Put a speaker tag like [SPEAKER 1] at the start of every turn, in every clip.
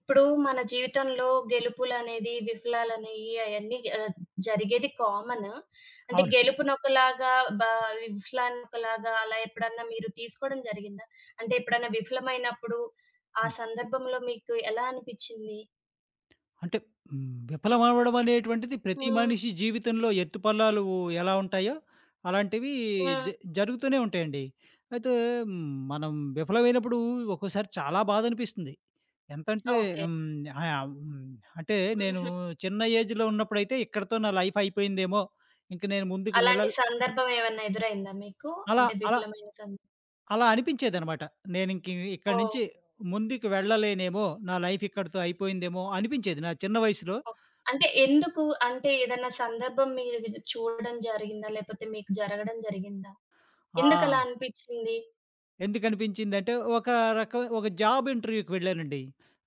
[SPEAKER 1] ఇప్పుడు మన జీవితంలో గెలుపులనేది, విఫలాలనేయి అయన్నీ జరిగేది కామన్. అంటే
[SPEAKER 2] అవును.
[SPEAKER 1] గెలుపునొకలాగా బ విఫలాన్ని ఒకలాగా అలా ఎప్పుడన్నా మీరు తీసుకోవడం జరిగిందా? అంటే ఎప్పుడన్నా విఫలమైనప్పుడు ఆ
[SPEAKER 2] హ్మ్.
[SPEAKER 1] సందర్భంలో మీకు ఎలా అనిపిచ్చింది?
[SPEAKER 2] అంటే హ్మ్. విఫలమవ్వడం అనేటువంటిది ప్రతి
[SPEAKER 1] హ్మ్.
[SPEAKER 2] మనిషి జీవితంలో ఎత్తుపల్లాలు ఎలా ఉంటాయో, అలాంటివి
[SPEAKER 1] హ్మ్.
[SPEAKER 2] జ జరుగుతూనే ఉంటాయండి. అయితే మనం విఫలమైనప్పుడు ఒక్కోసారి చాలా బాధనిపిస్తుంది. ఎంతంటే
[SPEAKER 1] ఓకే.
[SPEAKER 2] హ్మ్, ఆహ్, హ్మ్, అంటే నేను
[SPEAKER 1] హుహు.
[SPEAKER 2] చిన్న ఏజ్‌లో ఉన్నప్పుడైతే ఇక్కడితో నా లైఫ్ అయిపోయిందేమో! ఇంక నేను ముందుకు
[SPEAKER 1] అలాంటి
[SPEAKER 2] వెళ్ళాలి
[SPEAKER 1] సందర్భం ఏమన్నా ఎదురైందా మీకు?
[SPEAKER 2] అలా
[SPEAKER 1] అంటే
[SPEAKER 2] అలా
[SPEAKER 1] విఫలమైన సందర్భం.
[SPEAKER 2] అలా అనిపించేదనమాట. నేనింక ఇక్కడి
[SPEAKER 1] ఓహ్!
[SPEAKER 2] నుంచి ముందుకు వెళ్ళలేనేమో! నా లైఫ్ ఇక్కడితో అయిపోయిందేమో! అనిపించేది నా చిన్న వయసులో.
[SPEAKER 1] ఓకే. అంటే ఎందుకు? అంటే ఏదన్నా సందర్భం మీరు చూడడం జరిగిందా? లేపోతే మీకు జరగడం జరిగిందా? ఎందుకలా
[SPEAKER 2] ఆ!
[SPEAKER 1] అనిపిచ్చింది?
[SPEAKER 2] ఎందుకనిపించిందంటే, ఒక జాబ్ ఇంటర్వ్యూకి వెళ్ళానండి.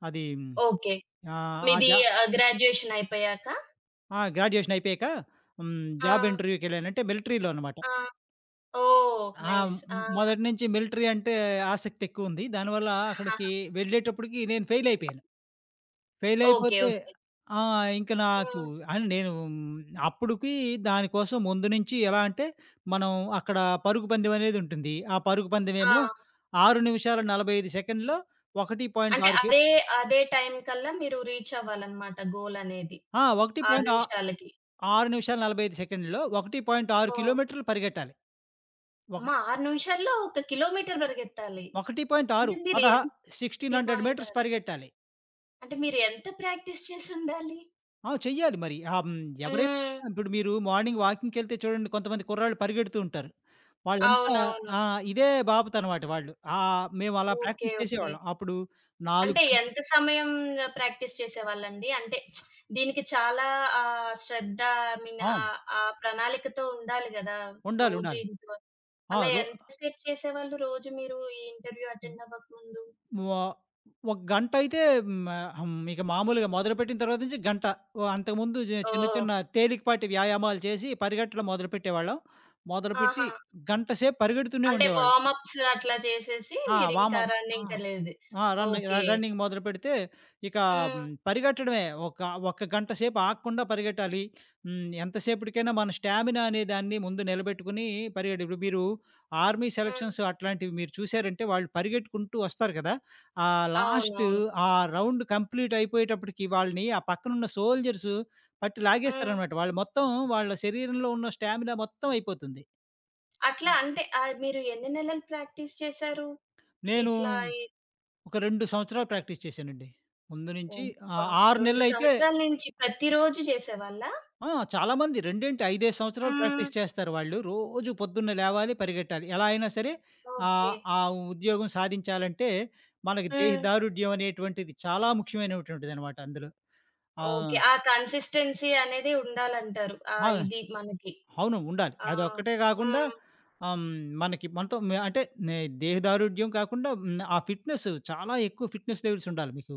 [SPEAKER 2] అది
[SPEAKER 1] ఓకే.
[SPEAKER 2] ఆహ్, ఆ ఆ
[SPEAKER 1] మీది
[SPEAKER 2] జా
[SPEAKER 1] గ్రాడ్యుయేషన్ అయిపోయాక?
[SPEAKER 2] ఆ! గ్రాడ్యుయేషన్ అయిపోయాక హ్మ్.
[SPEAKER 1] ఆ!
[SPEAKER 2] జాబ్ ఇంటర్వ్యూకెళ్ళాను. అంటే మిలిటరీలో అనమాట.
[SPEAKER 1] ఆ! ఓహ్!
[SPEAKER 2] ఆ!
[SPEAKER 1] నైస్. ఆ!
[SPEAKER 2] హ్మ్. మొదటి నుంచి మిలిటరీ అంటే ఆసక్తి ఎక్కువుంది. దానివల్ల
[SPEAKER 1] ఆహా!
[SPEAKER 2] అక్కడికి వెళ్ళేటప్పటికి నేను ఫెయిల్ అయిపోయాను. Fail
[SPEAKER 1] okay.
[SPEAKER 2] అయిపోతే
[SPEAKER 1] ఓకే.
[SPEAKER 2] ఆ! ఇంక నాకు
[SPEAKER 1] హ్మ్.
[SPEAKER 2] అని నేను మ్, అప్పటికి దానికోసం ముందు నుంచి ఎలా అంటే, మనం అక్కడ పరుగు పందెం అనేది ఉంటుంది. ఆ పరుగు
[SPEAKER 1] ఆ!
[SPEAKER 2] పందెమేమో 6 నిమిషాల 45 సెకండ్‌లో 1.6
[SPEAKER 1] అంటే
[SPEAKER 2] కి
[SPEAKER 1] అదే, అదే టైం కల్లా మీరు రీచ్ అవ్వాలన్నమాట గోల్ అనేది.
[SPEAKER 2] ఆ!
[SPEAKER 1] 6 నిమిషాలకి.
[SPEAKER 2] 1.6 నిమిషాల 45 సెకండ్‌లో 1.6
[SPEAKER 1] ఓహ్!
[SPEAKER 2] కిలోమీటర్లు పరిగెట్టాలి.
[SPEAKER 1] అమ్మ!
[SPEAKER 2] ఒక
[SPEAKER 1] 6 నిమిషాల్లో 1 కిలోమీటర్ పరిగెత్తాలి. అంటే
[SPEAKER 2] 1.6
[SPEAKER 1] మీరు
[SPEAKER 2] పదహా
[SPEAKER 1] ఎన్
[SPEAKER 2] 1600 మీటర్స్
[SPEAKER 1] 1.6
[SPEAKER 2] పరిగెట్టాలి.
[SPEAKER 1] అంటే మీరు ఎంత ప్రాక్టీస్ చేసుండాలి?
[SPEAKER 2] ఆ! చెయ్యాలి మరి.
[SPEAKER 1] హ్మ్.
[SPEAKER 2] ఎవరైనా ఇప్పుడు మీరు మార్నింగ్ వాకింగ్‌కెళ్తే చూడండి కొంతమంది కుర్రాళ్ళు పరిగెడుతూ ఉంటారు. వాళ్ళంతా
[SPEAKER 1] అవునవును.
[SPEAKER 2] ఆ! ఇదే బాపతనమాట వాళ్ళు. మేము అలా
[SPEAKER 1] ఓకే.
[SPEAKER 2] Practice
[SPEAKER 1] okay.
[SPEAKER 2] చేసేవాళ్ళం. అప్పుడు 4
[SPEAKER 1] అంటే
[SPEAKER 2] గంటలు
[SPEAKER 1] ఎంత సమయం ప్రాక్టీస్ చేసేవాళ్ళండి? అంటే దీనికి చాలా శ్రద్ధ ఐ మీన్
[SPEAKER 2] ఆ!
[SPEAKER 1] ఆ ప్రణాళికతో ఉండాలి గదా!
[SPEAKER 2] ఉండాలి.
[SPEAKER 1] రోజు
[SPEAKER 2] ఉండాలి.
[SPEAKER 1] ఇంట్లో
[SPEAKER 2] ఆ!
[SPEAKER 1] అలా
[SPEAKER 2] రో
[SPEAKER 1] ఎంతసేపు చేసేవాళ్ళు రోజు మీరు ఈ ఇంటర్వ్యూ అటెండ్ అవ్వకముందు?
[SPEAKER 2] వ ఒక గంటయితే హ్మ్. ఇక మామూలుగా మొదలుపెట్టిన తర్వాత నుంచి గంట. ఓహ్! అంతకుముందు చిన్న
[SPEAKER 1] ఓహ్!
[SPEAKER 2] చిన్న తేలికపాటి వ్యాయామాలు చేసి పరిగెట్టడం మొదలుపెట్టేవాళ్ళం. మొదలుపెట్టి
[SPEAKER 1] ఆహా!
[SPEAKER 2] గంట సేపు పరిగెడుతూనే
[SPEAKER 1] అంటే
[SPEAKER 2] ఉండేవాళ్ళం.
[SPEAKER 1] వార్మప్స్ అట్లా చేసేసి
[SPEAKER 2] ఆ!
[SPEAKER 1] మీరింకా
[SPEAKER 2] వామప్ ఆ!
[SPEAKER 1] రన్నింగ్‌కెళ్ళేది.
[SPEAKER 2] ఆ! రన్ ర
[SPEAKER 1] ఓకే.
[SPEAKER 2] రన్నింగ్ మొదలుపెడితే ఇక
[SPEAKER 1] హ్మ్.
[SPEAKER 2] పరిగెట్టడమే. ఒక ఒక గంట సేపు ఆగకుండా పరిగెట్టాలి. ఎంతసేపటికైనా మన స్టామినా అనే దాన్ని ముందు నిలబెట్టుకొని ఇప్పుడు మీరు ఆర్మీ
[SPEAKER 1] హ్మ్.
[SPEAKER 2] సెలక్షన్స్ అట్లాంటివి మీరు చూసారంటే వాళ్ళు పరిగెట్టుకుంటూ వస్తారు కదా! ఆ లాస్ట్
[SPEAKER 1] అవునవును.
[SPEAKER 2] ఆ రౌండ్ కంప్లీట్ అయిపోయేటప్పటికి వాళ్ళని ఆ పక్కనున్న సోల్జర్స్ పట్టి
[SPEAKER 1] హ్మ్.
[SPEAKER 2] లాగేస్తారనమాట. వాళ్ళు మొత్తం వాళ్ళ శరీరంలో ఉన్న స్టామినా మొత్తం అయిపోతుంది.
[SPEAKER 1] అట్లా
[SPEAKER 2] ఆ!
[SPEAKER 1] అంటే మీరు ఎన్ని నెలలు ప్రాక్టీస్ చేశారు?
[SPEAKER 2] నేను
[SPEAKER 1] ఇట్లా ఈ
[SPEAKER 2] ఒక 2 సంవత్సరాలు ప్రాక్టీస్ చేశానండి. ముందు నుంచి
[SPEAKER 1] అబ్బా!
[SPEAKER 2] 6
[SPEAKER 1] 2
[SPEAKER 2] నెలలైతే
[SPEAKER 1] సంవత్సరాల నుంచి ప్రతిరోజు చేసేవాళ్ళా?
[SPEAKER 2] ఆ! చాలామంది 2 ఏంటి 5, 5 సంవత్సరాలు
[SPEAKER 1] హ్మ్.
[SPEAKER 2] ప్రాక్టీస్ చేస్తారు వాళ్ళు. రోజు పొద్దున్నే లేవాలి, పరిగెట్టాలి. ఎలా అయినా సరే ఆహ్,
[SPEAKER 1] ఓకే.
[SPEAKER 2] ఆ ఉద్యోగం సాధించాలంటే మనకి
[SPEAKER 1] హ్మ్.
[SPEAKER 2] దేహదారుఢ్యం అనేటువంటిది చాలా ముఖ్యమైనటువంటిదనమాట అందులో. ఆహ్,
[SPEAKER 1] ఓకే. ఆ కన్సిస్టెన్సీ అనేది ఉండాలంటారు. ఆ!
[SPEAKER 2] ఆ!
[SPEAKER 1] ఇది మనకి.
[SPEAKER 2] అవును. ఉండాలి.
[SPEAKER 1] ఆ!
[SPEAKER 2] అదొక్కటే కాకుండా
[SPEAKER 1] హ్మ్.
[SPEAKER 2] ఆహ్, హ్మ్, మనకి మనతో మే అంటే నే దేహదారుఢ్యం కాకుండా హ్మ్, ఆ ఫిట్‌నెస్ చాలా ఎక్కువ ఫిట్‌నెస్ లెవెల్స్ ఉండాలి మీకు.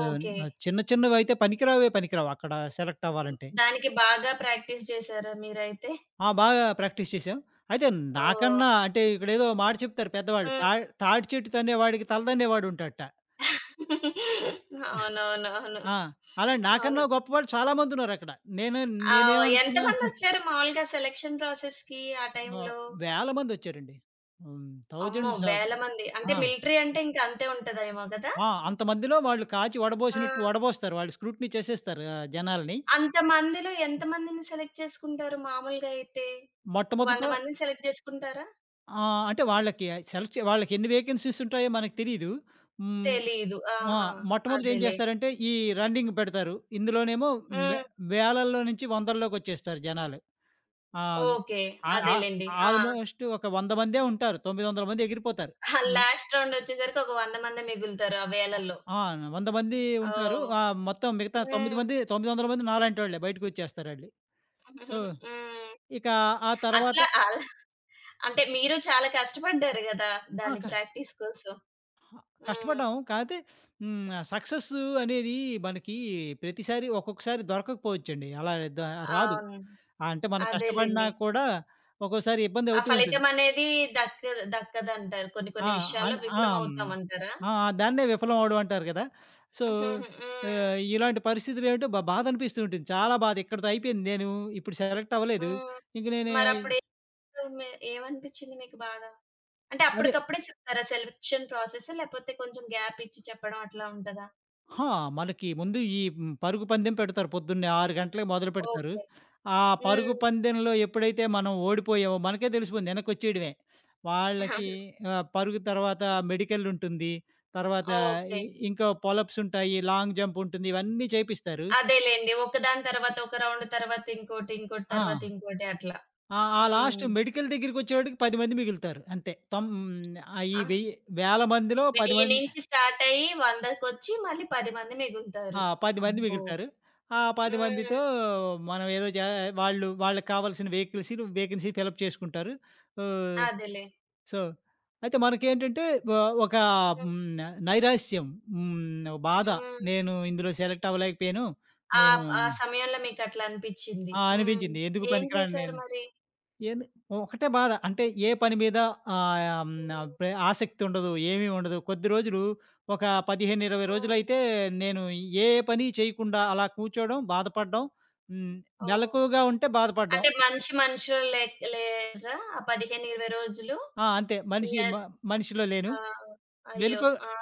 [SPEAKER 2] ఆహ్, చిన్న చిన్నవైతే పనికిరావు అక్కడ సెలెక్ట్ అవ్వాలంటే.
[SPEAKER 1] దానికి బాగా ప్రాక్టీస్ చేసారా మీరైతే?
[SPEAKER 2] ఆ! బాగా ప్రాక్టీస్ చేశాం. అయితే
[SPEAKER 1] ఓహ్!
[SPEAKER 2] నాకన్నా అంటే ఇక్కడేదో మాట చెప్తారు పెద్దవాళ్ళు.
[SPEAKER 1] హ్మ్.
[SPEAKER 2] తాటి చెట్టు తన్నేవాడికి తల తన్నేవాడుంటాడట.
[SPEAKER 1] అవునవునవును.
[SPEAKER 2] ఆ! అలాంటి
[SPEAKER 1] అవును.
[SPEAKER 2] నాకన్నా గొప్పవాళ్ళు చాలా మందున్నారక్కడ. నేను
[SPEAKER 1] ఆ!
[SPEAKER 2] నేనేమనుకున్నా
[SPEAKER 1] ఎంతమందొచ్చారు మామూలుగా సెలక్షన్ ప్రాసెస్‌కి ఆ
[SPEAKER 2] ఆహ్,
[SPEAKER 1] టైంలో?
[SPEAKER 2] వేల మందొచ్చారండి. హ్మ్.
[SPEAKER 1] అమ్మో!
[SPEAKER 2] థౌసండ్స్ ఆఫ్
[SPEAKER 1] వేల మంది. అంటే
[SPEAKER 2] ఆ!
[SPEAKER 1] మిలిటరీ అంటే ఇంక అంతే ఉంటదేమో గదా?
[SPEAKER 2] ఆ! అంతమందిలో వాళ్ళు కాచి
[SPEAKER 1] ఆ!
[SPEAKER 2] వడబోసినట్టు వడబోస్తారు. వాళ్ళు స్క్రూటినీ చేసేస్తారు జనాల్ని.
[SPEAKER 1] అంతమందిలో ఎంతమందిని సెలెక్ట్ చేసుకుంటారు మామూలుగా అయితే? ఒక
[SPEAKER 2] మొట్టమొదట
[SPEAKER 1] 100 మందిని సెలెక్ట్ చేసుకుంటారా?
[SPEAKER 2] అంటే వాళ్ళకి వాళ్ళకి ఎన్ని వేకెన్సీస్ ఉంటాయో మనకు తెలీదు. హ్మ్.
[SPEAKER 1] తెలీదు.
[SPEAKER 2] ఆ!
[SPEAKER 1] ఆహా!
[SPEAKER 2] మొట్టమొదట ఏం
[SPEAKER 1] అదేలే.
[SPEAKER 2] చేస్తారంటే, ఈ రన్నింగ్ పెడతారు. ఇందులోనేమో వే
[SPEAKER 1] హ్మ్.
[SPEAKER 2] వేలల్లో నుంచి వందల్లోకొచ్చేస్తారు జనాలు. ఆహ్,
[SPEAKER 1] ఓకే.
[SPEAKER 2] ఆహ్, ఆహ్,
[SPEAKER 1] అదేలెండి. ఆ!
[SPEAKER 2] ఆల్‌మోస్ట్ ఒక 100 మందే ఉంటారు. 900 మంది ఎగిరిపోతారు.
[SPEAKER 1] ఆ!
[SPEAKER 2] హ్మ్.
[SPEAKER 1] లాస్ట్ రౌండ్ వచ్చేసరికి ఒక 100 మందే మిగులుతారు ఆ వేలల్లో.
[SPEAKER 2] ఆ! 100 మంది ఉంటారు.
[SPEAKER 1] ఓహ్!
[SPEAKER 2] మొత్తం మిగతా 9
[SPEAKER 1] హ్మ్.
[SPEAKER 2] మంది 900 మంది నాలాంటోళ్ళే బయటకొచ్చేస్తారాళ్ళు. సో,
[SPEAKER 1] హ్మ్.
[SPEAKER 2] ఇక ఆ తర్వాత
[SPEAKER 1] అట్లా అలా అంటే మీరు చాలా కష్టపడ్డారు గదా!
[SPEAKER 2] ఆ!
[SPEAKER 1] దాని
[SPEAKER 2] క
[SPEAKER 1] ప్రాక్టీస్ కోసం. హ్మ్.
[SPEAKER 2] కష్టపడ్డాం. కాతే హ్మ్. సక్సెస్ అనేది మనకి ప్రతిసారి ఒక్కొక్కసారి దొరకకపోవచ్చండి. అలా ద రాదు.
[SPEAKER 1] అవును.
[SPEAKER 2] ఆ! అంటే మనం కష్టపడినా
[SPEAKER 1] అదేలెండి.
[SPEAKER 2] కూడా ఒక్కోసారి ఇబ్బంది
[SPEAKER 1] ఆ
[SPEAKER 2] అవుతూ ఉంటుంది.
[SPEAKER 1] ఫలితం అనేది దక్క దక్కదంటారు. కొన్ని
[SPEAKER 2] ఆ!
[SPEAKER 1] కొన్ని విషయాల్లో
[SPEAKER 2] అన్ ఆ! హ్మ్.
[SPEAKER 1] విఫలమవుతామంటారా?
[SPEAKER 2] ఆ! దాన్నే విఫలం అవ్వడం అంటారు కదా! సో,
[SPEAKER 1] హుహు. హ్మ్.
[SPEAKER 2] ఇలాంటి పరిస్థితులు ఏమిటో బాధ అనిపిస్తూ ఉంటుంది. చాలా బాధ ఇక్కడితో అయిపోయింది. నేను ఇప్పుడు సెలెక్ట్ అవ్వలేదు.
[SPEAKER 1] హ్మ్.
[SPEAKER 2] ఇంక నేను
[SPEAKER 1] మరప్పుడు ఏమి ఏమనిపిచ్చింది మీకు బాగా? అంటే
[SPEAKER 2] అదే
[SPEAKER 1] అప్పటికప్పుడే చెప్తారా సెలక్షన్ ప్రాసెస్? లేపోతే కొంచెం గ్యాప్ ఇచ్చి చెప్పడం అట్లా ఉంటదా?
[SPEAKER 2] ఆ! మనకి ముందు ఈ పరుగు పందెం పెడతారు. పొద్దున్నే 6 గంటలకి మొదలుపెడతారు.
[SPEAKER 1] ఓకే.
[SPEAKER 2] ఆ పరుగు
[SPEAKER 1] హ్మ్.
[SPEAKER 2] పందెంలో ఎప్పుడైతే మనం ఓడిపోయామో మనకే తెలిసిపోయింది వెనకొచ్చేయడమే. వాళ్ళకి పరుగు తర్వాత మెడికల్ ఉంటుంది. తర్వాత
[SPEAKER 1] ఓకే.
[SPEAKER 2] ఇ ఇంకా పొలప్స్ ఉంటాయి. లాంగ్ జంప్ ఉంటుంది. ఇవన్నీ చేపిస్తారు.
[SPEAKER 1] అదేలెండి. ఒకదాని తర్వాత ఒక రౌండ్ తర్వాత ఇంకోటి, ఇంకోటి తర్వాత
[SPEAKER 2] ఆ!
[SPEAKER 1] ఇంకోటి అట్లా.
[SPEAKER 2] ఆ లాస్ట్
[SPEAKER 1] హ్మ్.
[SPEAKER 2] మెడికల్ దగ్గరికొచ్చేవాడికి 10 మంది మిగులుతారు. అంతే. ఈ
[SPEAKER 1] ఆ!
[SPEAKER 2] వెయ్యి వేల మందిలో 10
[SPEAKER 1] 1000
[SPEAKER 2] మంది
[SPEAKER 1] నుంచి స్టార్ట్ అయ్యి 100కొచ్చి మళ్ళీ 10 మంది
[SPEAKER 2] ఆ!
[SPEAKER 1] మిగులుతారు.
[SPEAKER 2] 10 మంది
[SPEAKER 1] అబ్బో!
[SPEAKER 2] మిగులుతారు. ఆ 10
[SPEAKER 1] హ్మ్.
[SPEAKER 2] మందితో మనం ఏదో జా వాళ్ళు వాళ్ళకి కావాల్సిన వేకెన్సీలు వేకెన్సీ ఫిలప్ చేసుకుంటారు. ఆహ్,
[SPEAKER 1] అదేలే.
[SPEAKER 2] సో, అయితే మనకేంటంటే ఒ ఒక
[SPEAKER 1] హ్మ్.
[SPEAKER 2] హ్మ్, నైరాశ్యం, బాధ.
[SPEAKER 1] హ్మ్.
[SPEAKER 2] నేను ఇందులో సెలెక్ట్ అవ్వలేకపోయాను.
[SPEAKER 1] ఆ!
[SPEAKER 2] నేను
[SPEAKER 1] ఆ సమయంలో మీకట్లా అనిపిచ్చింది.
[SPEAKER 2] ఆ!
[SPEAKER 1] హ్మ్.
[SPEAKER 2] అనిపించింది. ఎందుకు
[SPEAKER 1] ఏం
[SPEAKER 2] పనికిరాను
[SPEAKER 1] చేశారు
[SPEAKER 2] నేను
[SPEAKER 1] మరి?
[SPEAKER 2] ఏది ఒకటే బాధ. అంటే ఏ పని మీద ఆహ్, హ్మ్, ఆహ్,
[SPEAKER 1] హ్మ్.
[SPEAKER 2] ప్రే ఆసక్తి ఉండదు. ఏమీ ఉండదు. కొద్ది రోజులు ఒక 15, 20
[SPEAKER 1] హ్మ్.
[SPEAKER 2] రోజులైతే నేను ఏ పని చేయకుండా అలా కూర్చోవడం, బాధపడడం, హ్మ్,
[SPEAKER 1] ఓహ్!
[SPEAKER 2] మెలకువగా ఉంటే బాధపడడం.
[SPEAKER 1] అంటే మంచి మనుషులు లేరా? ఆ 15, 20 రోజులు?
[SPEAKER 2] ఆ! అంతే
[SPEAKER 1] ఇగ
[SPEAKER 2] మనిషిలో లేను.
[SPEAKER 1] ఆ! అయ్యో!
[SPEAKER 2] మెలుకు
[SPEAKER 1] ఆ!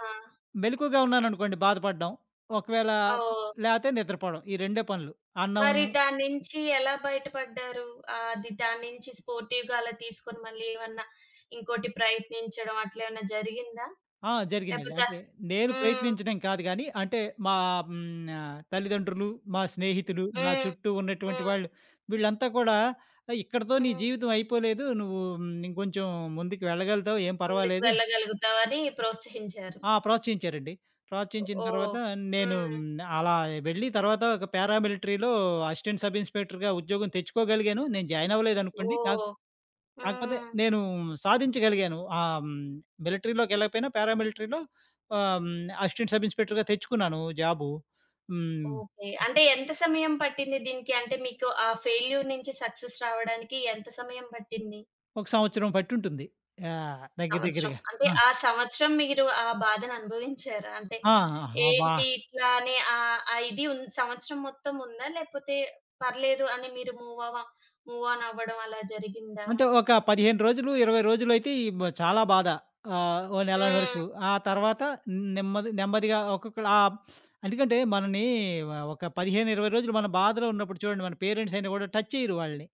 [SPEAKER 2] మెలుకువగా ఉన్నాననుకోండి బాధపడడం. ఒకవేళ
[SPEAKER 1] ఓహ్!
[SPEAKER 2] లేతే నిద్రపోవడం. ఈ రెండే పనులు. అన్నం
[SPEAKER 1] మరి దాని నుంచి ఎలా బయటపడ్డారు? అది దాని నుంచి స్పోర్టివ్‌గా అలా తీసుకొని మళ్ళీ ఏమన్నా ఇంకోటి ప్రయత్నించడం అట్లేమన్నా జరిగిందా?
[SPEAKER 2] ఆ! జరిగిందండి.
[SPEAKER 1] లేపోతే
[SPEAKER 2] అంటే నేను
[SPEAKER 1] హ్మ్.
[SPEAKER 2] ప్రయత్నించడం కాదు గానీ, అంటే మా హ్మ్. ఆహ్, తల్లిదండ్రులు, మా స్నేహితులు, నా
[SPEAKER 1] హ్మ్.
[SPEAKER 2] చుట్టూ ఉన్నటువంటి
[SPEAKER 1] హ్మ్.
[SPEAKER 2] వాళ్ళు వీళ్ళంతా కూడా "ఇక్కడితో నీ
[SPEAKER 1] హ్మ్.
[SPEAKER 2] జీవితం అయిపోలేదు. నువ్వు ఇంకొంచెం ముందుకు వెళ్ళగలుగుతావు. ఏం
[SPEAKER 1] ముందుకు
[SPEAKER 2] పర్వాలేదు."
[SPEAKER 1] వెళ్ళగలుగుతావని ప్రోత్సహించారు.
[SPEAKER 2] ఆ! ప్రోత్సహించారండి. ప్రోత్సహించిన
[SPEAKER 1] ఓహ్!
[SPEAKER 2] తర్వాత నేను
[SPEAKER 1] హ్మ్.
[SPEAKER 2] హ్మ్. అలా వెళ్ళి తర్వాత ఒక పారామిలిటరీలో అసిస్టెంట్ సబ్ ఇన్స్‌పెక్టర్‌గా ఉద్యోగం తెచ్చుకోగలిగాను. నేను జాయిన్ అవ్వలేదనుకోండి.
[SPEAKER 1] ఓహ్!
[SPEAKER 2] కాకపోతే
[SPEAKER 1] హ్మ్.
[SPEAKER 2] నేను సాధించగలిగాను. మిలిటరీలోకెళ్ళకపోయినా పారామిలిటరీలో ఆహ్, హ్మ్, అసిస్టెంట్ సబ్ ఇన్స్‌పెక్టర్‌గా తెచ్చుకున్నాను జాబు. హ్మ్.
[SPEAKER 1] ఓకే. అంటే ఎంత సమయం పట్టింది దీనికి? అంటే మీకు ఆ ఫెయిల్యూర్ నుంచి సక్సెస్ రావడానికి ఎంత సమయం పట్టింది?
[SPEAKER 2] ఒక సంవత్సరం పట్టుంటుంది. యాహ్! దగ్గర
[SPEAKER 1] సంవత్సరం.
[SPEAKER 2] దగ్గరగా.
[SPEAKER 1] అంటే
[SPEAKER 2] ఆ!
[SPEAKER 1] ఆ సంవత్సరం మీరు ఆ బాధను అనుభవించారా? అంటే
[SPEAKER 2] ఆ! అబ్బా!
[SPEAKER 1] ఏంటి ఇట్లా అని ఆ ఇది సంవత్సరం మొత్తం ఉందా? లేపోతే పర్లేదు అని మీరు మూవ్ ఆన్ అవ్వడం అలా జరిగిందా?
[SPEAKER 2] అంటే ఒక 15 రోజులు, 20 రోజులైతే ఈ బ చాలా బాధ. ఓ నెల వరకు.
[SPEAKER 1] హ్మ్.
[SPEAKER 2] ఆ తర్వాత నెమ్మది నెమ్మదిగా ఒక్కొక్కళ్ళు ఎందుకంటే మనని ఒక 15, 20 రోజులు మన బాధలో ఉన్నప్పుడు చూడండి మన పేరెంట్స్ అయినా కూడా టచ్ చేయరు వాళ్ళని.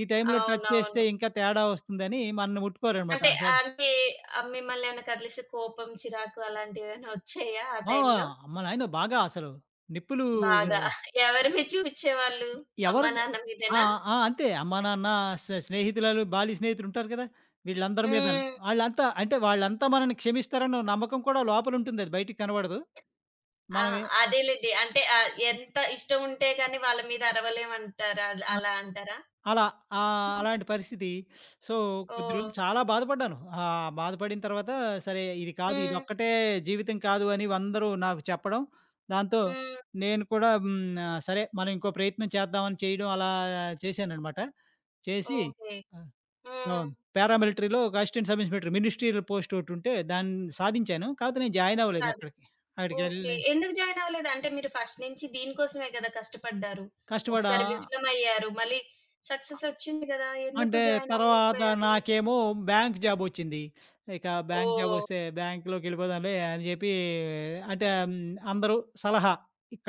[SPEAKER 2] ఈ టైంలో టచ్ చేస్తే
[SPEAKER 1] అవునవును.
[SPEAKER 2] ఇంకా తేడా వస్తుందని మనల్ని ముట్టుకోరనమాట.
[SPEAKER 1] అంటే
[SPEAKER 2] అసలు
[SPEAKER 1] అంటే మిమ్మల్ని ఏమైనా కదిలిసే కోపం, చిరాకు అలాంటివేమైనా వచ్చాయా ఆ
[SPEAKER 2] ఆ!
[SPEAKER 1] టైంలో?
[SPEAKER 2] అమ్మ నాయన బాగా అసలు నిప్పులు.
[SPEAKER 1] బాగా. ఎవరి మీద చూపిచ్చేవాళ్ళు?
[SPEAKER 2] ఎవరు
[SPEAKER 1] అమ్మా, నాన్న
[SPEAKER 2] ఆ!
[SPEAKER 1] మీదేనా?
[SPEAKER 2] ఆ! అంతే. అమ్మా, నాన్న, స్నేహితురాలు, బాల్య స్నేహితులుంటారు కదా! వీళ్ళందరి మీదన
[SPEAKER 1] హ్మ్.
[SPEAKER 2] ఆళ్ళంతా అంటే వాళ్ళంతా మనల్ని క్షమిస్తారన్న నమ్మకం కూడా లోపలుంటుంది. అది బయటికి కనబడదు.
[SPEAKER 1] ఆ!
[SPEAKER 2] మనమే
[SPEAKER 1] అదేలెండి. అంటే ఎంత ఇష్టం ఉంటే గాని వాళ్ళ మీద అరవలేమంటారా?
[SPEAKER 2] ఆ!
[SPEAKER 1] అలా అంటారా?
[SPEAKER 2] అలా ఆహ్, అలాంటి పరిస్థితి. సో, కొద్ది
[SPEAKER 1] ఓహ్!
[SPEAKER 2] రోజులు చాలా బాధపడ్డాను. బాధపడిన తర్వాత సరే ఇది కాదు,
[SPEAKER 1] హ్మ్.
[SPEAKER 2] ఇదొక్కటే జీవితం కాదు అని అందరూ నాకు చెప్పడం, దాంతో
[SPEAKER 1] హ్మ్.
[SPEAKER 2] నేను కూడా హ్మ్. ఆహ్, సరే మనం ఇంకో ప్రయత్నం చేద్దామని చేయడం అలా చేశాననమాట. చేసి
[SPEAKER 1] ఓకే.
[SPEAKER 2] ఆ!
[SPEAKER 1] హ్మ్.
[SPEAKER 2] అవును. పారామిలిటరీలో ఒక assistant sub inspector ministerial post ఒకటుంటే దాన్ని సాధించాను. కాకపోతే నేను జాయిన్ అవ్వలేదు
[SPEAKER 1] సరే.
[SPEAKER 2] అక్కడికి.
[SPEAKER 1] ఓకే.
[SPEAKER 2] అక్కడికెళ్ళలే.
[SPEAKER 1] ఎందుకు జాయిన్ అవ్వలేదు? అంటే మీరు ఫస్ట్ నుంచి దీనికోసమే కదా కష్టపడ్డారు.
[SPEAKER 2] కష్టపడా
[SPEAKER 1] ఒకసారి విఫలమయ్యారు. మళ్ళీ సక్సెస్ వచ్చింది గదా! ఎందుకు
[SPEAKER 2] అంటే
[SPEAKER 1] జాయిన్
[SPEAKER 2] తర్వాత
[SPEAKER 1] అవ్వలేకపోయారు?
[SPEAKER 2] నాకేమో బ్యాంక్ జాబొచ్చింది. ఇక బ్యాంక్
[SPEAKER 1] ఓహ్!
[SPEAKER 2] జాబొస్తే బ్యాంక్‌లోకెళ్ళిపోదాంలే అని చెప్పి అంటే హ్మ్, అందరూ సలహా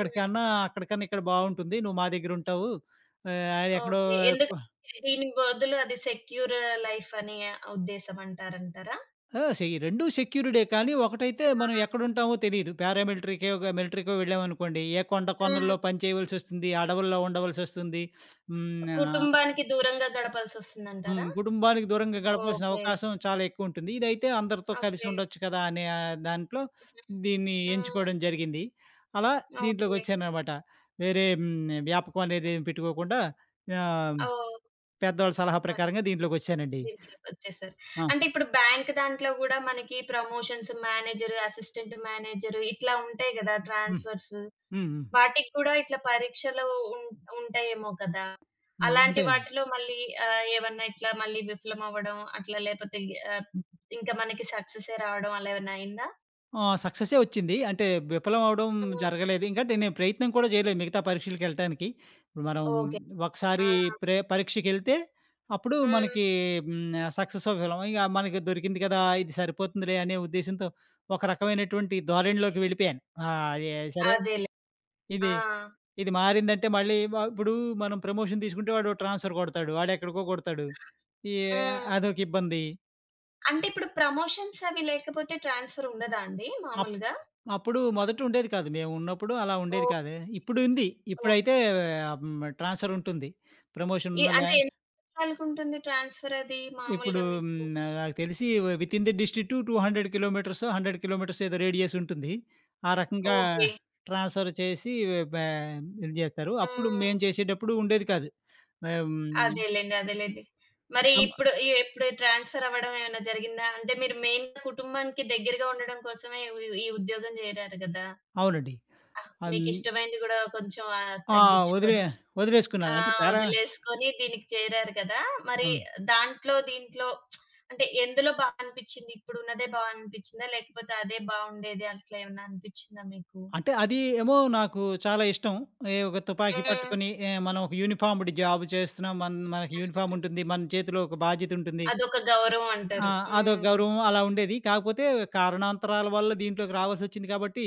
[SPEAKER 1] హ్మ్.
[SPEAKER 2] అక్కడికన్నా ఇక్కడ బావుంటుంది. నువ్వు మా దగ్గరుంటావు. ఎక్కడో".
[SPEAKER 1] ఓకే. ఎందుకంటే దీని బదులు అది సెక్యూర్ లైఫ్ అనే ఉద్దేశం అంటారంటారా?
[SPEAKER 2] ఆ! సె రెండూ సెక్యూర్‌డే కానీ ఒకటైతే మనం ఎక్కడుంటామో తెలీదు. పారామిలిటరీకో, మిలిటరీకో వెళ్ళామనుకోండి, ఏ కొండ
[SPEAKER 1] హ్మ్.
[SPEAKER 2] కొనల్లో పని చేయవలసొస్తుంది, అడవుల్లో ఉండవలసొస్తుంది. హ్మ్. ఆహ్,
[SPEAKER 1] కుటుంబానికి దూరంగా
[SPEAKER 2] హ్మ్.
[SPEAKER 1] గడపాల్సొస్తుందంటారా?
[SPEAKER 2] కుటుంబానికి దూరంగా గడపాల్సిన
[SPEAKER 1] ఓకే.
[SPEAKER 2] అవకాశం చాలా ఎక్కువుంటుంది. ఇదైతే అందరితో కలిసి
[SPEAKER 1] ఓకే.
[SPEAKER 2] ఉండొచ్చు కదా! అనే దాంట్లో
[SPEAKER 1] హుహు.
[SPEAKER 2] దీన్ని
[SPEAKER 1] హ్మ్.
[SPEAKER 2] ఎంచుకోవడం జరిగింది. అలా
[SPEAKER 1] ఓకే.
[SPEAKER 2] దీంట్లోకొచ్చాననమాట. వేరే వ్యాపకం అనేది ఏమి పెట్టుకోకుండా ఆహ్,
[SPEAKER 1] ఓహ్!
[SPEAKER 2] పెద్దవాళ్ళ సలహా
[SPEAKER 1] ఆ!
[SPEAKER 2] ప్రకారంగా దీంట్లోకొచ్చానండి.
[SPEAKER 1] దీంట్లోకొచ్చేసారు.
[SPEAKER 2] ఆ!
[SPEAKER 1] అంటే ఇప్పుడు బ్యాంక్ దాంట్లో గూడా మనకి ప్రమోషన్స్ మేనేజర్, అసిస్టెంట్ మేనేజర్ ఇట్లా ఉంటాయి గదా!
[SPEAKER 2] హ్మ్.
[SPEAKER 1] ట్రాన్స్‌ఫర్స్.
[SPEAKER 2] హ్మ్. హ్మ్.
[SPEAKER 1] వాటికి కూడా ఇట్లా పరీక్షలు ఉం ఉంటాయేమో కదా!
[SPEAKER 2] హ్మ్.
[SPEAKER 1] అలాంటి
[SPEAKER 2] అంటే
[SPEAKER 1] వాటిలో మళ్ళీ ఏమన్నా ఇట్లా మళ్ళీ విఫలం అవ్వడం అట్లా లేపోతే ఆహ్, ఇంకా మనకి సక్సెసే రావడం అలా ఏమన్నా అయిందా?
[SPEAKER 2] ఆ! సక్సెసే వచ్చింది. అంటే విఫలం అవ్వడం
[SPEAKER 1] హ్మ్.
[SPEAKER 2] జరగలేదు. ఇంకా నేను ప్రయత్నం కూడా చేయలేదు మిగతా పరీక్షలకెళ్ళటానికి. ఇప్పుడు మనం
[SPEAKER 1] ఓకే. ఆ!
[SPEAKER 2] ఒకసారి పరీక్షకెళ్తే అప్పుడు
[SPEAKER 1] హ్మ్.
[SPEAKER 2] మనకి హ్మ్, సక్సెసో విఫలమో ఇక మనకి దొరికింది కదా! ఇది సరిపోతుందిలే అనే ఉద్దేశ్యంతో ఒక రకమైనటువంటి ధోరణిలోకి వెళ్ళిపోయాను. ఆ! ఏ సరే
[SPEAKER 1] అదేలే.
[SPEAKER 2] ఇది
[SPEAKER 1] ఆ!
[SPEAKER 2] ఇది మారిందంటే మళ్ళీ వ ఇప్పుడు మనం ప్రమోషన్ తీసుకుంటే వాడు ట్రాన్స్‌ఫర్ కొడతాడు. వాడెక్కడికో కొడతాడు. ఈ
[SPEAKER 1] హ్మ్.
[SPEAKER 2] అదొక ఇబ్బంది.
[SPEAKER 1] అంటే ఇప్పుడు ప్రమోషన్స్ అవి లేకపోతే ట్రాన్స్‌ఫర్ ఉండదా అండి
[SPEAKER 2] అప్
[SPEAKER 1] మామూలుగా?
[SPEAKER 2] అప్పుడు మొదట ఉండేది కాదు. మేమున్నప్పుడు అలా ఉండేది
[SPEAKER 1] ఓహ్!
[SPEAKER 2] కాదు. ఇప్పుడు ఉంది.
[SPEAKER 1] ఓకే.
[SPEAKER 2] ఇప్పుడైతే హ్మ్. ట్రాన్స్‌ఫర్ ఉంటుంది. ప్రమోషన్
[SPEAKER 1] ఈ
[SPEAKER 2] ఉన్న లే
[SPEAKER 1] అంటే ఎన్ని సంవత్సరాలకుంటుంది ట్రాన్స్‌ఫర్ అది
[SPEAKER 2] ఇప్పుడు
[SPEAKER 1] మామూలుగా మీకు?
[SPEAKER 2] నాకు తెలిసి విత్ ఇన్ ది డిస్ట్రిక్ట్ 200 కిలోమీటర్సో, 100 కిలోమీటర్స్ ఏదో రేడియస్ ఉంటుంది. ఆ రకంగా
[SPEAKER 1] ఓకే.
[SPEAKER 2] ట్రాన్స్‌ఫర్ చేసి బా ఇది జేస్తారు. అప్పుడు
[SPEAKER 1] హ్మ్.
[SPEAKER 2] మేము చేసేటప్పుడు ఉండేది కాదు. మేము
[SPEAKER 1] అదేలెండి. అదేలెండి. మరి ఇప్పుడు ఇప్పుడు ట్రాన్స్‌ఫర్ అవ్వడం ఏమైనా జరిగిందా? అంటే మీరు మెయిన్‌గా కుటుంబానికి దగ్గరగా ఉండడం కోసమే ఈ ఉద్యోగం చేరారు గదా!
[SPEAKER 2] అవునండి. అన్
[SPEAKER 1] మీకిష్టమైంది గూడా కొంచెం
[SPEAKER 2] ఆ! వదిలే
[SPEAKER 1] తగ్గించుకొని ఆ!
[SPEAKER 2] వదిలేసుకున్నాను. అంటే పారా
[SPEAKER 1] వదిలేసుకొని దీనికి చేరారు కదా! మరి
[SPEAKER 2] ఆ!
[SPEAKER 1] దాంట్లో, దీంట్లో అంటే ఎందులో బా అనిపిచ్చింది? ఇప్పుడున్నదే బా అనిపిచ్చిందా? లేకపోతే అదే బావుండేది అట్లా ఏమన్నా అనిపిచ్చిందా మీకు?
[SPEAKER 2] అంటే అది ఏమో నాకు చాలా ఇష్టం. ఒక తుపాకీ
[SPEAKER 1] హ్మ్.
[SPEAKER 2] పట్టుకొని మనం ఒక యూనిఫార్మ్‌డ్ జాబ్ చేస్తున్నాం. మనకి యూనిఫార్మ్ ఉంటుంది. మన చేతిలో ఒక బాధ్యత ఉంటుంది.
[SPEAKER 1] అదొక గౌరవం
[SPEAKER 2] ఆ!
[SPEAKER 1] అంటారు.
[SPEAKER 2] అదో
[SPEAKER 1] హ్మ్.
[SPEAKER 2] గౌరవం అలా ఉండేది. కాకపోతే కారణాంతరాల వల్ల దీంట్లోకి రావాల్సొచ్చింది కాబట్టి,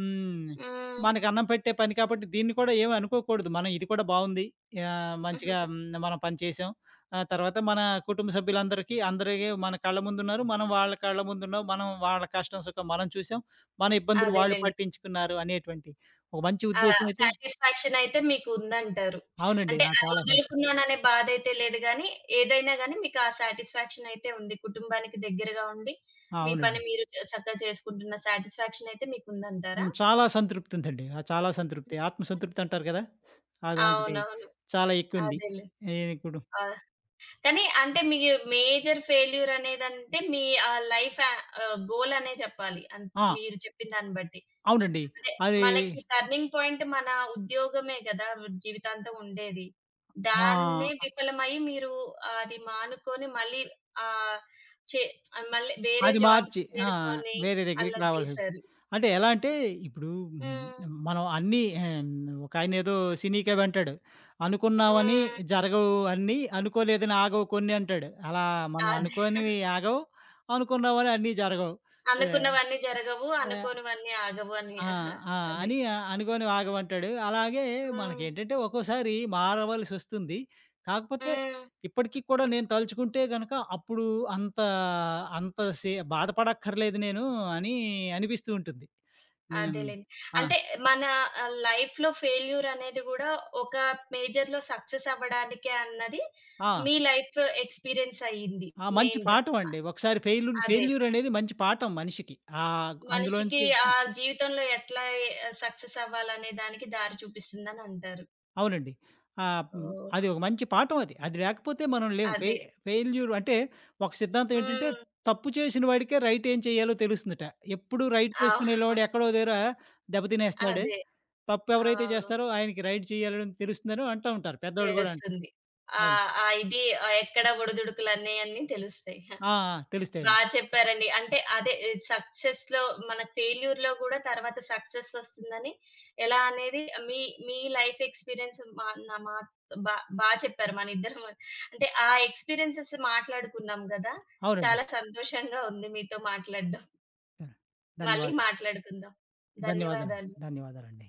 [SPEAKER 2] హ్మ్.
[SPEAKER 1] హ్మ్.
[SPEAKER 2] మనకు అన్నం పెట్టే పని కాబట్టి దీన్ని కూడా ఏమి అనుకోకూడదు. మనం ఇది కూడా బావుంది. మంచిగా
[SPEAKER 1] హుహుహు.
[SPEAKER 2] మనం పని చేసాం. ఆ తర్వాత మన కుటుంబ సభ్యులందరికీ అందరికీ మన కళ్ళ ముందున్నారు. మనం వాళ్ళ కళ్ళ ముందున్నాం. మనం వాళ్ళ కష్టం, సుఖం మనం చూసాం. మన ఇబ్బందులు వాళ్ళు
[SPEAKER 1] అదేలెండి.
[SPEAKER 2] పట్టించుకున్నారు అనేటువంటి ఒక మంచి
[SPEAKER 1] ఆ!
[SPEAKER 2] ఉద్దేశ్యం అయితే
[SPEAKER 1] సాటిస్‌ఫాక్షన్ అయితే మీకు ఉందంటారు.
[SPEAKER 2] అవునండి.
[SPEAKER 1] అంటే
[SPEAKER 2] ఆ!
[SPEAKER 1] అది
[SPEAKER 2] చాలా సంతోషం.
[SPEAKER 1] వదులుకున్నాననే బాధైతే లేదు గానీ, ఏదైనా గానీ మీకు ఆ సాటిస్‌ఫాక్షన్ అయితే ఉంది. కుటుంబానికి దగ్గరగా ఉండి,
[SPEAKER 2] ఆ!
[SPEAKER 1] మీ
[SPEAKER 2] అవునండి.
[SPEAKER 1] పని మీరు చక్కగా చేసుకుంటున్న సాటిస్‌ఫాక్షన్ అయితే మీకుందంటారా?
[SPEAKER 2] చాలా సంతృప్తి ఉందండి. ఆ! చాలా సంతృప్తి. ఆత్మ సంతృప్తి అంటారు కదా! అలాంటిది
[SPEAKER 1] అవునవును.
[SPEAKER 2] చాలా ఎక్కువుంది.
[SPEAKER 1] అదేలే.
[SPEAKER 2] ఏ ఇప్పుడు
[SPEAKER 1] ఆ! కానీ అంటే మీ మేజర్ ఫెయిల్యూర్ అనేదంటే మీ ఆ లైఫ్ గోల్ అనే చెప్పాలి.
[SPEAKER 2] ఆ!
[SPEAKER 1] మీరు చెప్పిన దాన్ని బట్టి.
[SPEAKER 2] అవునండి.
[SPEAKER 1] అంటే
[SPEAKER 2] అది
[SPEAKER 1] మనకి టర్నింగ్ పాయింట్ మన ఉద్యోగమే గదా! జీవితాంతం ఉండేది. దాన్నే
[SPEAKER 2] ఆ!
[SPEAKER 1] విఫలమై మీరు అది మానుకొని మళ్ళీ ఆహ్, చే మళ్ళీ వేరే
[SPEAKER 2] అది
[SPEAKER 1] జాబ్‌కి
[SPEAKER 2] మార్చి
[SPEAKER 1] చేరుకొని
[SPEAKER 2] వేరే దగ్గరికి
[SPEAKER 1] అలా
[SPEAKER 2] రావాల్సొచ్చింది.
[SPEAKER 1] చేశారు.
[SPEAKER 2] అంటే ఎలా అంటే ఇప్పుడు
[SPEAKER 1] హ్మ్.
[SPEAKER 2] మనం అన్నీ ఒకాయనేదో సినీ కవంటాడు. అనుకున్నావని
[SPEAKER 1] హ్మ్.
[SPEAKER 2] జరగవు అన్నీ, అనుకోలేదని ఆగవు కొన్ని అంటాడు. అలా మనం
[SPEAKER 1] అదే.
[SPEAKER 2] అనుకోనివి ఆగవు, అనుకున్నావని అన్నీ జరగవు. ఆహ్,
[SPEAKER 1] అనుకున్నవన్నీ జరగవు.
[SPEAKER 2] ఆ!
[SPEAKER 1] అనుకోనివన్నీ ఆగవు అని.
[SPEAKER 2] ఆ!
[SPEAKER 1] అహ,
[SPEAKER 2] ఆ!
[SPEAKER 1] అది.
[SPEAKER 2] అని అనుకోని ఆగమంటాడు. అలాగే
[SPEAKER 1] హ్మ్.
[SPEAKER 2] మనకేంటంటే ఒక్కోసారి మారవలసొస్తుంది. కాకపోతే
[SPEAKER 1] హ్మ్.
[SPEAKER 2] ఇప్పటికి కూడా నేను తలుచుకుంటే గనక అప్పుడు అంత అంత బాధపడక్కర్లేదు నేను అని అనిపిస్తూ ఉంటుంది. నేను
[SPEAKER 1] అదేలెండి.
[SPEAKER 2] ఆ!
[SPEAKER 1] అంటే మన లైఫ్‌లో ఫెయిల్యూర్ అనేది గూడా ఒక మేజర్‌లో సక్సెస్ అవ్వడానికే అన్నది
[SPEAKER 2] ఆ!
[SPEAKER 1] మీ లైఫ్ ఎక్స్‌పీరియన్స్ అయ్యింది
[SPEAKER 2] ఆ! మంచి
[SPEAKER 1] మెయిన్‌గా.
[SPEAKER 2] పాఠమండి. ఒకసారి
[SPEAKER 1] అదే.
[SPEAKER 2] ఫెయిల్యూరనేది మంచి పాఠం మనిషికి. ఆహ్,
[SPEAKER 1] మనిషికి
[SPEAKER 2] అందులోంచి
[SPEAKER 1] ఆ జీవితంలో ఎట్లా సక్సెస్ అవ్వాలనే దానికి దారి చూపిస్తుందని అంటారు.
[SPEAKER 2] అవునండి. ఆహ్, హ్మ్.
[SPEAKER 1] ఓహ్!
[SPEAKER 2] అది ఒక మంచి పాఠం అది. అది లేకపోతే మనం లేము.
[SPEAKER 1] అదే.
[SPEAKER 2] ఫెయిల్యూర్ అంటే ఒక సిద్ధాంతం ఏంటంటే
[SPEAKER 1] హ్మ్.
[SPEAKER 2] తప్పు చేసిన వాడికే రైట్ ఏం చేయాలో తెలుస్తుందట. ఎప్పుడు రైట్
[SPEAKER 1] ఆ!
[SPEAKER 2] చేసుకునేవాడు ఎక్కడో దగ్గర దెబ్బతినేస్తాడు.
[SPEAKER 1] అదే.
[SPEAKER 2] తప్పు
[SPEAKER 1] ఆ!
[SPEAKER 2] ఎవరైతే చేస్తారో ఆయనకి రైట్ చేయాలని తెలుస్తుందని అంటూ ఉంటారు. పెద్దోళ్ళు గూడా అంటారు.
[SPEAKER 1] తెలుస్తుంది. ఆ!
[SPEAKER 2] అవును.
[SPEAKER 1] ఆ ఇది ఆ, ఎక్కడ ఒడిదుడుకులన్నయన్నీ తెలుస్తాయి.
[SPEAKER 2] ఆ! ఆ!
[SPEAKER 1] బా
[SPEAKER 2] తెలుస్తాయండి.
[SPEAKER 1] చెప్పారండి. అంటే అదే సక్సెస్‌లో మన ఫెయిల్యూర్‌లో గూడా తర్వాత సక్సెస్ ఒస్తుందని ఎలా అనేది మీ మీ లైఫ్ ఎక్స్‌పీరియన్స్ మా నా మా బా బా చెప్పారు మనిద్దరం. అంటే ఆ ఎక్స్‌పీరియన్సెస్ మాట్లాడుకున్నాం గదా!
[SPEAKER 2] అవునండి.
[SPEAKER 1] చాలా సంతోషంగా ఉంది మీతో మాట్లాడడం. మళ్ళీ
[SPEAKER 2] ధన్యవాదాలు.
[SPEAKER 1] మాట్లాడుకుందాం.
[SPEAKER 2] ధన్యవాదాలు.
[SPEAKER 1] ధన్యవాదాలు.
[SPEAKER 2] ధన్యవాదాలండి.